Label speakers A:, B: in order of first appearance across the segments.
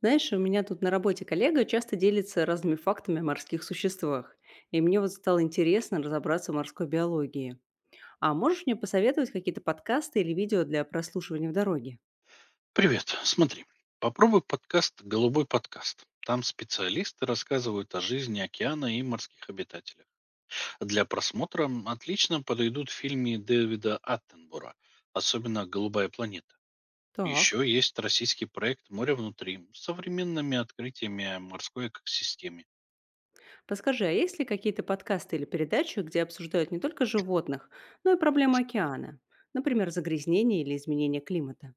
A: Знаешь, у меня тут на работе коллега часто делится разными фактами о морских существах, и мне вот стало интересно разобраться в морской биологии. А можешь мне посоветовать какие-то подкасты или видео для прослушивания в дороге?
B: Привет. Смотри, попробуй подкаст «Голубой подкаст». Там специалисты рассказывают о жизни океана и морских обитателях. Для просмотра отлично подойдут фильмы Дэвида Аттенбора, особенно «Голубая планета».
A: Так.
B: Еще есть российский проект «Море внутри» с современными открытиями о морской экосистеме.
A: Подскажи, а есть ли какие-то подкасты или передачи, где обсуждают не только животных, но и проблемы океана? Например, загрязнение или изменение климата?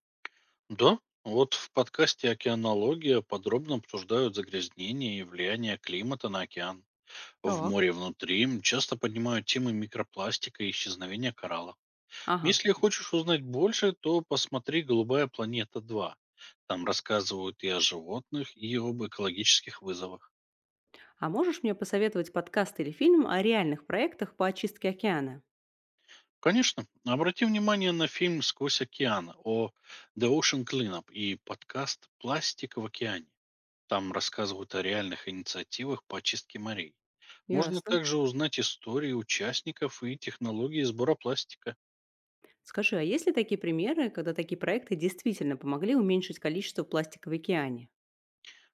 B: Да, вот в подкасте «Океанология» подробно обсуждают загрязнение и влияние климата на океан. В
A: Так.
B: море внутри часто поднимают темы микропластика и исчезновения кораллов.
A: Ага.
B: Если хочешь узнать больше, то посмотри «Голубая планета 2». Там рассказывают и о животных, и об экологических вызовах.
A: А можешь мне посоветовать подкаст или фильм о реальных проектах по очистке океана?
B: Конечно, обрати внимание на фильм «Сквозь океан» о The Ocean Cleanup и подкаст «Пластик в океане». Там рассказывают о реальных инициативах по очистке морей. Можно
A: Ясно.
B: также узнать истории участников и технологии сбора пластика.
A: Скажи, а есть ли такие примеры, когда такие проекты действительно помогли уменьшить количество пластика в океане?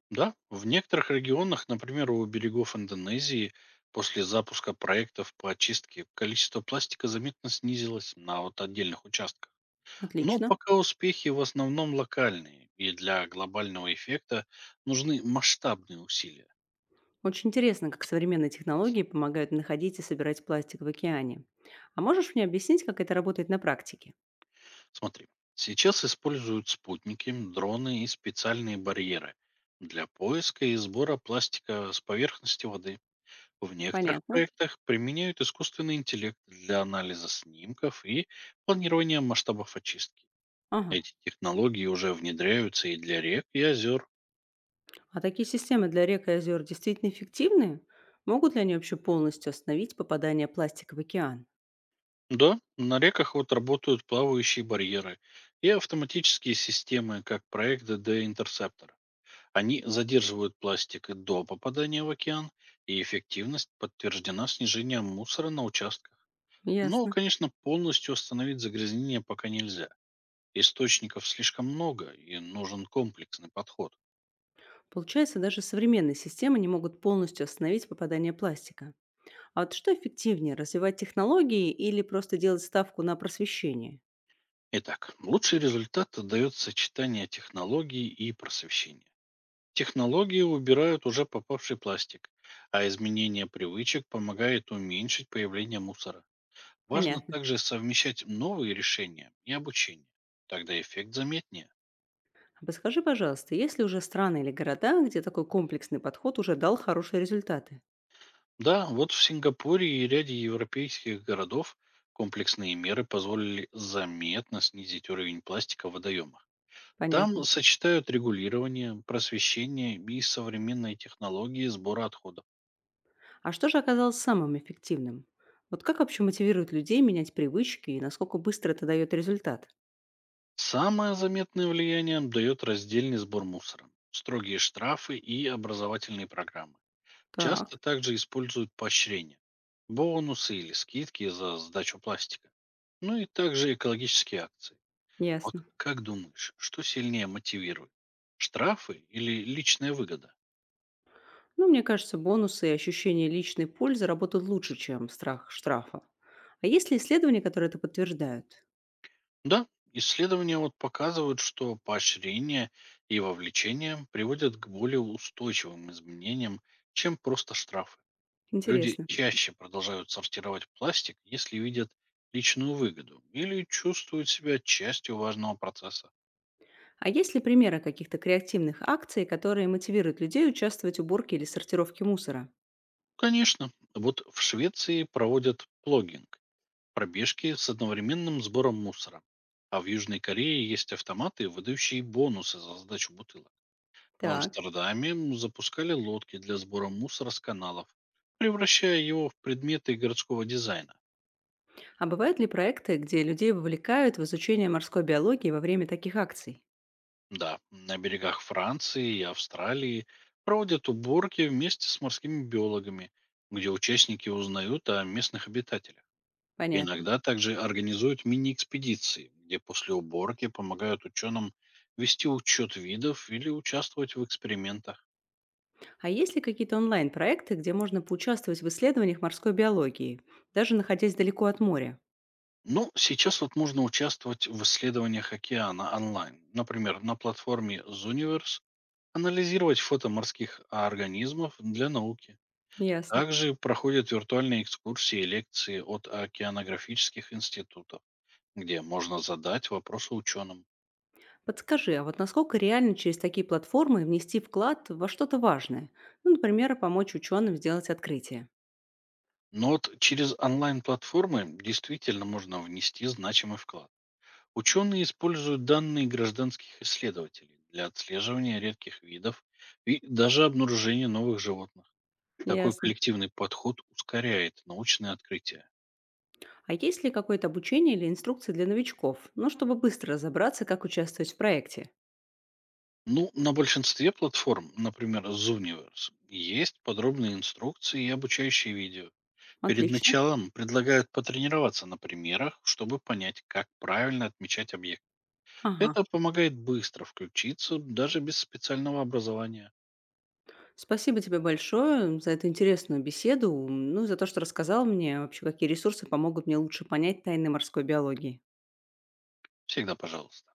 B: Да, в некоторых регионах, например, у берегов Индонезии, после запуска проектов по очистке количество пластика заметно снизилось на вот отдельных участках. Но
A: Отлично.
B: пока успехи в основном локальные, и для глобального эффекта нужны масштабные усилия.
A: Очень интересно, как современные технологии помогают находить и собирать пластик в океане. А можешь мне объяснить, как это работает на практике?
B: Смотри, сейчас используют спутники, дроны и специальные барьеры для поиска и сбора пластика с поверхности воды. В некоторых
A: Понятно.
B: проектах применяют искусственный интеллект для анализа снимков и планирования масштабов очистки.
A: Ага.
B: Эти технологии уже внедряются и для рек, и озер.
A: А такие системы для рек и озер действительно эффективны? Могут ли они вообще полностью остановить попадание пластика в океан?
B: Да, на реках вот работают плавающие барьеры и автоматические системы, как проект d Interceptor. Они задерживают пластик и до попадания в океан, и эффективность подтверждена снижением мусора на участках. Но,
A: Ясно.
B: конечно, полностью остановить загрязнение пока нельзя. Источников слишком много, и нужен комплексный подход.
A: Получается, даже современные системы не могут полностью остановить попадание пластика. А вот что эффективнее, развивать технологии или просто делать ставку на просвещение?
B: Итак, лучший результат дает сочетание технологий и просвещения. Технологии убирают уже попавший пластик, а изменение привычек помогает уменьшить появление мусора. Важно
A: Понятно.
B: также совмещать новые решения и обучение. Тогда эффект заметнее.
A: А подскажи, пожалуйста, есть ли уже страны или города, где такой комплексный подход уже дал хорошие результаты?
B: Да, вот в Сингапуре и ряде европейских городов комплексные меры позволили заметно снизить уровень пластика в водоемах. Там
A: Понятно.
B: сочетают регулирование, просвещение и современные технологии сбора отходов.
A: А что же оказалось самым эффективным? Вот как вообще мотивирует людей менять привычки и насколько быстро это дает результат?
B: Самое заметное влияние дает раздельный сбор мусора, строгие штрафы и образовательные программы. Часто
A: Так,
B: также используют поощрения, бонусы или скидки за сдачу пластика. Ну и также экологические акции. Вот
A: ясно.
B: как думаешь, что сильнее мотивирует? Штрафы или личная выгода?
A: Ну, мне кажется, бонусы и ощущение личной пользы работают лучше, чем страх штрафа. А есть ли исследования, которые это подтверждают?
B: Да, исследования вот показывают, что поощрение и вовлечение приводят к более устойчивым изменениям, чем просто штрафы. Люди
A: Интересно.
B: чаще продолжают сортировать пластик, если видят личную выгоду или чувствуют себя частью важного процесса.
A: А есть ли примеры каких-то креативных акций, которые мотивируют людей участвовать в уборке или сортировке мусора?
B: Конечно, вот в Швеции проводят плогинг, пробежки с одновременным сбором мусора. А в Южной Корее есть автоматы, выдающие бонусы за сдачу бутылок. В
A: Так.
B: Амстердаме запускали лодки для сбора мусора с каналов, превращая его в предметы городского дизайна.
A: А бывают ли проекты, где людей вовлекают в изучение морской биологии во время таких акций?
B: Да, на берегах Франции и Австралии проводят уборки вместе с морскими биологами, где участники узнают о местных обитателях.
A: Понятно.
B: Иногда также организуют мини-экспедиции, где после уборки помогают ученым вести учет видов или участвовать в экспериментах.
A: А есть ли какие-то онлайн-проекты, где можно поучаствовать в исследованиях морской биологии, даже находясь далеко от моря?
B: Ну, сейчас вот можно участвовать в исследованиях океана онлайн. Например, на платформе Zooniverse анализировать фото морских организмов для науки.
A: Ясно.
B: Также проходят виртуальные экскурсии и лекции от океанографических институтов, где можно задать вопросы ученым.
A: Подскажи, а вот насколько реально через такие платформы внести вклад во что-то важное? Ну, например, помочь ученым сделать открытие.
B: Но вот через онлайн-платформы действительно можно внести значимый вклад. Ученые используют данные гражданских исследователей для отслеживания редких видов и даже обнаружения новых животных. Такой
A: Ясно.
B: коллективный подход ускоряет научные открытия.
A: А есть ли какое-то обучение или инструкции для новичков? Ну, чтобы быстро разобраться, как участвовать в проекте.
B: Ну, на большинстве платформ, например, Zooniverse, есть подробные инструкции и обучающие видео. Перед
A: Отлично.
B: началом предлагают потренироваться на примерах, чтобы понять, как правильно отмечать объект.
A: Ага.
B: Это помогает быстро включиться, даже без специального образования.
A: Спасибо тебе большое за эту интересную беседу, ну и за то, что рассказал мне вообще, какие ресурсы помогут мне лучше понять тайны морской биологии.
B: Всегда пожалуйста.